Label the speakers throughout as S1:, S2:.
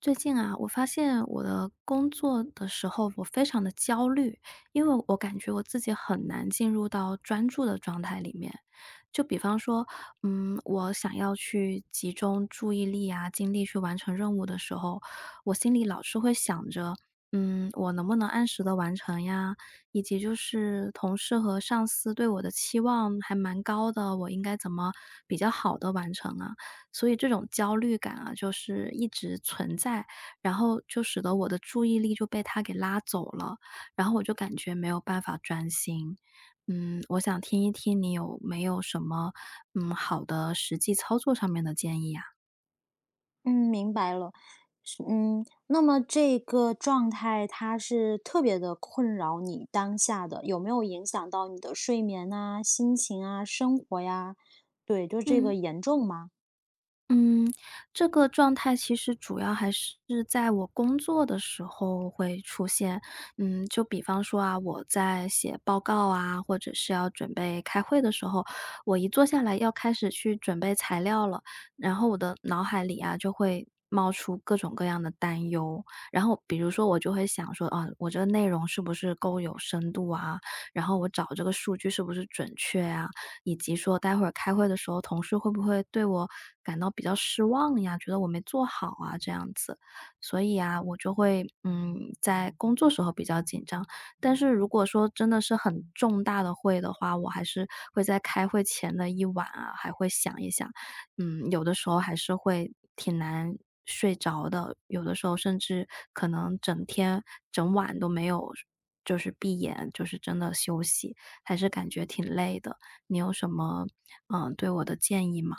S1: 最近啊，我发现我的工作的时候，我非常的焦虑，因为我感觉我自己很难进入到专注的状态里面。就比方说，我想要去集中注意力啊、精力去完成任务的时候，我心里老是会想着，我能不能按时的完成呀？以及就是同事和上司对我的期望还蛮高的，我应该怎么比较好的完成啊？所以这种焦虑感啊，就是一直存在，然后就使得我的注意力就被他给拉走了，然后我就感觉没有办法专心。我想听一听你有没有什么，好的实际操作上面的建议啊？
S2: 嗯，明白了。是那么这个状态它是特别的困扰你当下的，有没有影响到你的睡眠啊、心情啊、生活呀？对，就这
S1: 嗯。
S2: 个严重吗？
S1: 嗯，这个状态其实主要还是在我工作的时候会出现。就比方说啊，我在写报告啊，或者是要准备开会的时候，我一坐下来要开始去准备材料了，然后我的脑海里啊就会冒出各种各样的担忧。然后比如说我就会想说，啊，我这个内容是不是够有深度啊？然后我找这个数据是不是准确啊？以及说待会儿开会的时候，同事会不会对我感到比较失望呀，觉得我没做好啊这样子。所以啊，我就会，在工作时候比较紧张，但是如果说真的是很重大的会的话，我还是会在开会前的一晚啊，还会想一想，有的时候还是会挺难睡着的，有的时候甚至可能整天整晚都没有就是闭眼，就是真的休息，还是感觉挺累的。你有什么，对我的建议吗？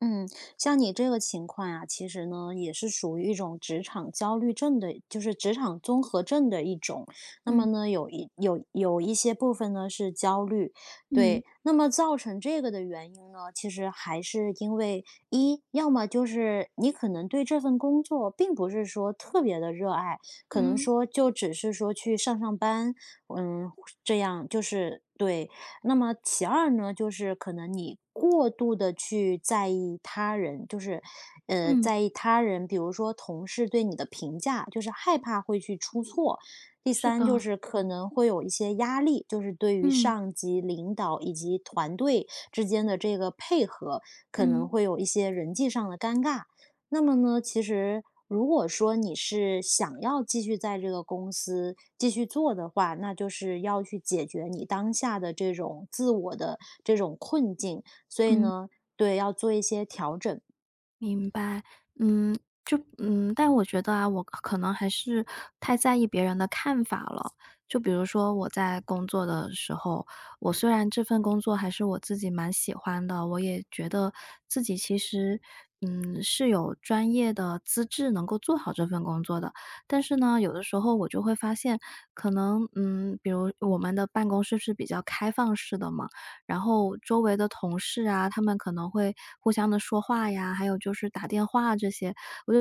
S2: 嗯，像你这个情况啊，其实呢也是属于一种职场焦虑症的，就是职场综合症的一种。那么
S1: 嗯
S2: 呢，有一些部分呢是焦虑，
S1: 嗯
S2: 对。那么造成这个的原因呢，其实还是因为一，要么就是你可能对这份工作并不是说特别的热爱，可能
S1: 嗯
S2: 说就只是说去上班，嗯，这样就是对。那么其二呢，就是可能你过度的去在意他人，就是，
S1: 嗯，
S2: 在意他人，比如说同事对你的评价，就是害怕会去出错。第
S1: 是
S2: 三
S1: 的，
S2: 就是可能会有一些压力，就是对于
S1: 嗯
S2: 上级领导以及团队之间的这个配合，可
S1: 嗯
S2: 能会有一些人际上的尴尬。那么呢，其实如果说你是想要继续在这个公司继续做的话，那就是要去解决你当下的这种自我的这种困境，所以
S1: 嗯。
S2: 呢，对，要做一些调整。
S1: 明白，嗯，就但我觉得啊，我可能还是太在意别人的看法了。就比如说我在工作的时候，我虽然这份工作还是我自己蛮喜欢的，我也觉得自己其实，是有专业的资质能够做好这份工作的。但是呢，有的时候我就会发现，可能，比如我们的办公室是比较开放式的嘛。然后周围的同事啊，他们可能会互相的说话呀，还有就是打电话这些，我就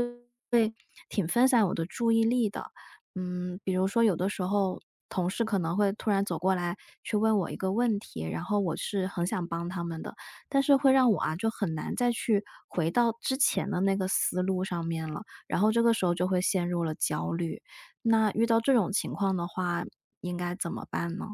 S1: 会挺分散我的注意力的。比如说有的时候同事可能会突然走过来去问我一个问题，然后我是很想帮他们的，但是会让我啊，就很难再去回到之前的那个思路上面了，然后这个时候就会陷入了焦虑。那遇到这种情况的话，应该怎么办呢？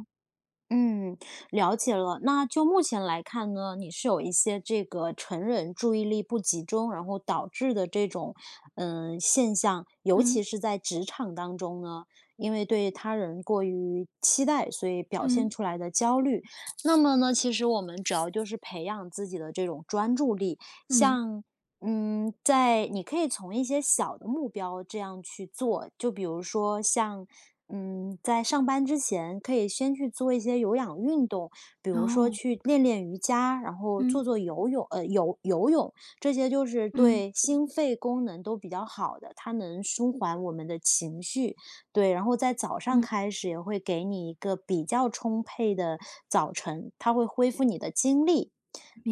S2: 嗯，了解了。那就目前来看呢，你是有一些这个成人注意力不集中，然后导致的这种现象，尤
S1: 嗯
S2: 其是在职场当中呢，因为对他人过于期待，所以表现
S1: 嗯
S2: 出来的焦虑。那么呢，其实我们主要就是培养自己的这种专注力，
S1: 嗯，
S2: 像。嗯，在你可以从一些小的目标这样去做，就比如说像嗯，在上班之前可以先去做一些有氧运动，比如说
S1: 哦。
S2: 去练练瑜伽，然后
S1: 嗯
S2: 做做游泳，游游泳，这些就是
S1: 嗯
S2: 对心肺功能都比较好的，它能舒缓我们的情绪。对，然后在早上
S1: 嗯，
S2: 开始也会给你一个比较充沛的早晨，它会恢复你的精力，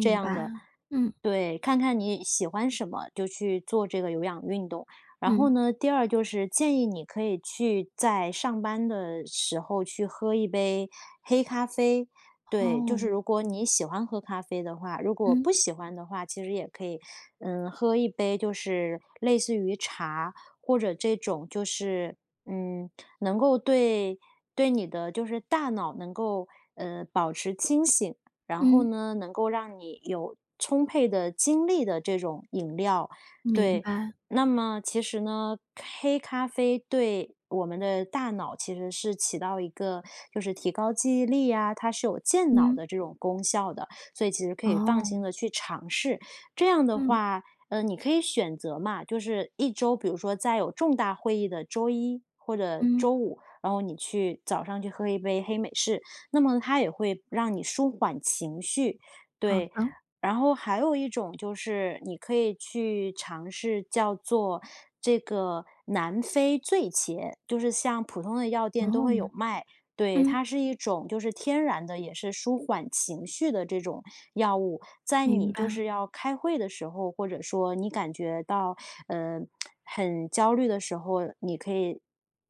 S2: 这样的。
S1: 白。嗯
S2: 对，看看你喜欢什么，就去做这个有氧运动。然后
S1: 嗯，
S2: 呢，第二就是建议你可以去在上班的时候去喝一杯黑咖啡。对，就
S1: 哦，
S2: 是如果你喜欢喝咖啡的话，如果
S1: 嗯
S2: 不喜欢的话，其实也可以，嗯，喝一杯就是类似于茶或者这种就是，嗯，能够对你的就是大脑能够保持清醒，然后
S1: 嗯，
S2: 呢，能够让你有充沛的精力的这种饮料。
S1: 明
S2: 对，
S1: 白。
S2: 那么其实呢，黑咖啡对我们的大脑其实是起到一个就是提高记忆力啊，它是有健脑
S1: 嗯，
S2: 的这种功效的，所以其实可以放
S1: 哦，
S2: 心的去尝试。这样的
S1: 嗯
S2: 话，呃，你可以选择嘛，就是一周，比如说在有重大会议的周一或者
S1: 嗯，
S2: 周五，然后你去早上去喝一杯黑美式，那么它也会让你舒缓情绪，
S1: 好
S2: 对，
S1: 的。
S2: 然后还有一种就是你可以去尝试叫做这个南非醉茄，就是像普通的药店都会
S1: 哦，
S2: 有卖。对，
S1: 嗯，
S2: 它是一种就是天然的，也是舒缓情绪的这种药物，在
S1: 明
S2: 你就
S1: 白。
S2: 是要开会的时候，或者说你感觉到呃很焦虑的时候，你可以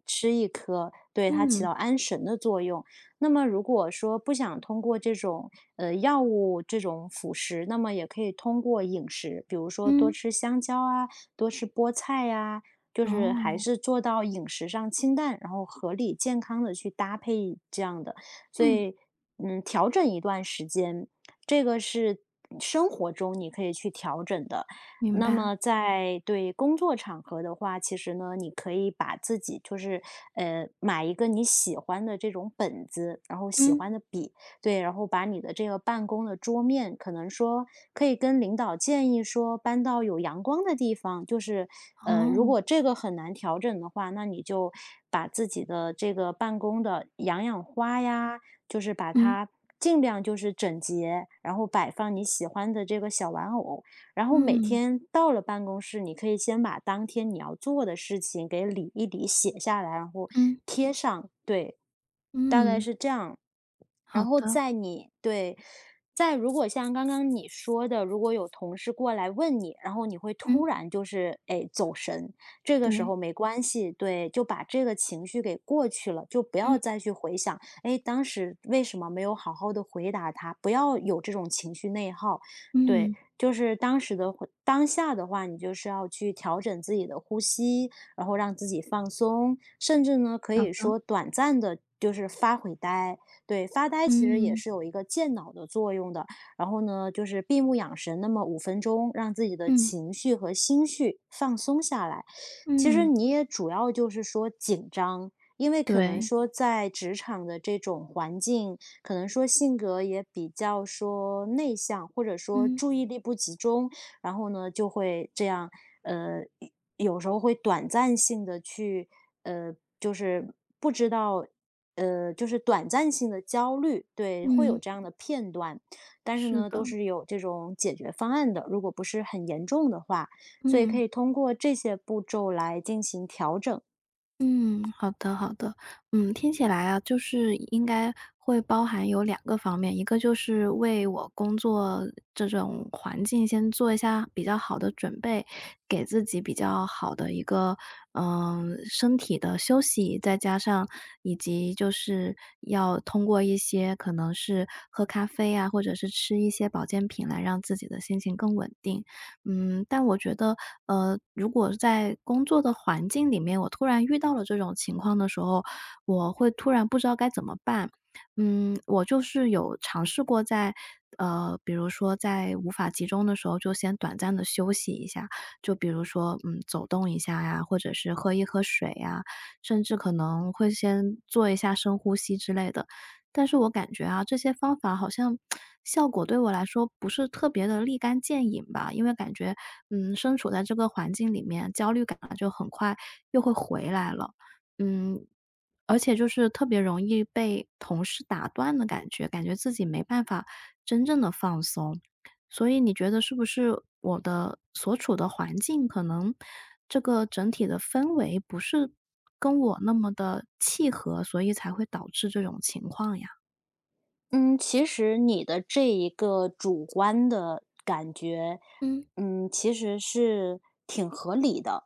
S2: 吃一颗，对，它起
S1: 嗯
S2: 到安神的作用。那么如果说不想通过这种药物这种辅食，那么也可以通过饮食，比如说多
S1: 嗯，
S2: 吃香蕉啊，多吃菠菜呀、就是还
S1: 哦，
S2: 是做到饮食上清淡，然后合理健康的去搭配这样的。所
S1: 嗯，
S2: 以，嗯，调整一段时间，这个是生活中你可以去调整的。
S1: 明
S2: 那
S1: 白。
S2: 么在对工作场合的话，其实呢，你可以把自己就是买一个你喜欢的这种本子，然后喜
S1: 嗯，
S2: 欢的笔，对，然后把你的这个办公的桌面，可能说可以跟领导建议说搬到有阳光的地方，就是呃，如
S1: 哦，
S2: 果这个很难调整的话，那你就把自己的这个办公的养养花呀，就是把
S1: 嗯
S2: 它尽量就是整洁，然后摆放你喜欢的这个小玩偶，然后每
S1: 嗯
S2: 天到了办公室，你可以先把当天你要做的事情给理一理，写下来，然后
S1: 嗯
S2: 贴上，对。大概
S1: 嗯，
S2: 是这样。然
S1: 好
S2: 后
S1: 的。
S2: 在你对，在如果像刚刚你说的，如果有同事过来问你，然后你会突
S1: 嗯，
S2: 然就是，哎，走神，这个时
S1: 对。
S2: 候没关系，对，就把这个情绪给过去了，就不要
S1: 嗯
S2: 再去回想，哎，当时为什么没有好好的回答他，不要有这种情绪内耗，对，
S1: 嗯，
S2: 就是当时的当下的话，你就是要去调整自己的呼吸，然后让自己放松，甚至呢可
S1: 好
S2: 以
S1: 的。
S2: 说短暂的。就是发会呆，对，发呆其实也
S1: 嗯
S2: 是有一个健脑的作用的。然后呢，就是闭目养神，那么5分钟，让自己的
S1: 嗯
S2: 情绪和心绪放松下来。其实
S1: 嗯，
S2: 你也主要就是说紧张，因为可能
S1: 对。
S2: 说在职场的这种环境，可能说性格也比较说内向，或者说
S1: 嗯
S2: 注意力不集中，然后呢就会这样，呃，有时候会短暂性的去呃，就是不知道呃，就是短暂性的焦虑，对，会有
S1: 嗯，
S2: 这样的片段。但是
S1: 是
S2: 呢，
S1: 的，
S2: 都是有这种解决方案的，如果不是很严重的话，所以可
S1: 嗯。
S2: 以通过这些步骤来进行调整。
S1: 嗯，好的好的。听起来啊，就是应该会包含有两个方面，一个就是为我工作这种环境先做一下比较好的准备，给自己比较好的一个，身体的休息，再加上以及就是要通过一些可能是喝咖啡啊，或者是吃一些保健品来让自己的心情更稳定。但我觉得，如果在工作的环境里面，我突然遇到了这种情况的时候，我会突然不知道该怎么办。我就是有尝试过在比如说在无法集中的时候，就先短暂的休息一下，就比如说，走动一下呀，或者是喝一喝水呀，甚至可能会先做一下深呼吸之类的。但是我感觉啊，这些方法好像效果对我来说不是特别的立竿见影吧。因为感觉，身处在这个环境里面，焦虑感啊就很快又会回来了。嗯，而且就是特别容易被同事打断的感觉，感觉自己没办法真正的放松。所以你觉得是不是我的所处的环境，可能这个整体的氛围不是跟我那么的契合，所以才会导致这种情况呀？
S2: 嗯，其实你的这一个主观的感觉，
S1: 嗯，
S2: 嗯，其实是挺合理的。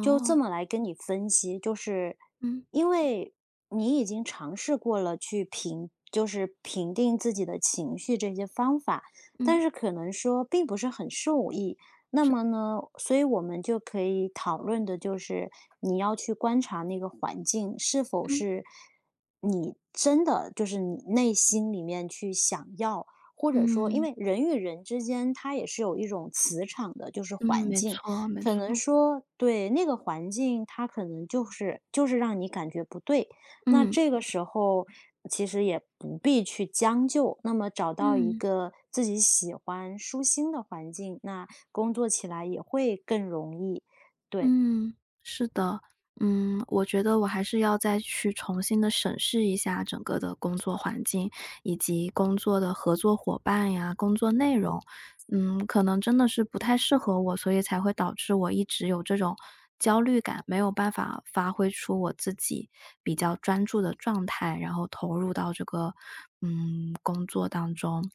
S2: 就这么来跟你分析，就是
S1: 嗯，
S2: 因为你已经尝试过了去评，就是评定自己的情绪这些方法，
S1: 嗯，
S2: 但是可能说并不是很受益。那
S1: 是
S2: 么呢，所以我们就可以讨论的就是你要去观察那个环境是否
S1: 嗯，
S2: 是你真的就是你内心里面去想要，或者说，因
S1: 嗯，
S2: 为人与人之间，它也是有一种磁场的，就是
S1: 嗯，
S2: 环
S1: 没
S2: 境，
S1: 错没
S2: 可
S1: 错，
S2: 能嗯说对那个环境，它可能就是让你感觉不对。那
S1: 嗯，
S2: 这个时候其实也不必去将就，那么找到一
S1: 嗯，
S2: 个自己喜欢、舒心的环境，那工作起来也会更容易。对，
S1: 嗯，是的。我觉得我还是要再去重新的审视一下整个的工作环境，以及工作的合作伙伴呀、工作内容。可能真的是不太适合我，所以才会导致我一直有这种焦虑感，没有办法发挥出我自己比较专注的状态，然后投入到这个，工作当中。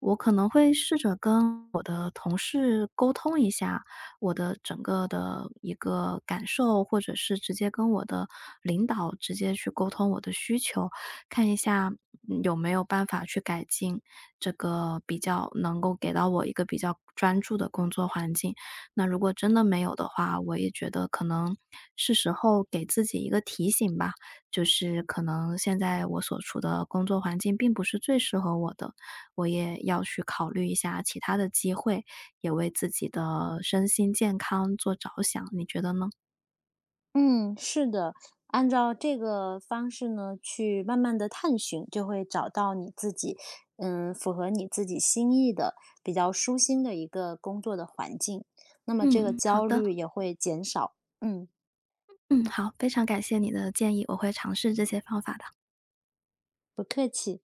S1: 我可能会试着跟我的同事沟通一下我的整个的一个感受，或者是直接跟我的领导直接去沟通我的需求，看一下，有没有办法去改进这个比较能够给到我一个比较专注的工作环境。那如果真的没有的话，我也觉得可能是时候给自己一个提醒吧，就是可能现在我所处的工作环境并不是最适合我的，我也要去考虑一下其他的机会，也为自己的身心健康做着想，你觉得呢？
S2: 嗯，是的，按照这个方式呢，去慢慢的探寻，就会找到你自己，嗯，符合你自己心意的、比较舒心的一个工作的环境，那么这个
S1: 嗯，嗯，好
S2: 焦
S1: 的，
S2: 虑也会减少。嗯，
S1: 嗯，好，非常感谢你的建议，我会尝试这些方法的。
S2: 不客气。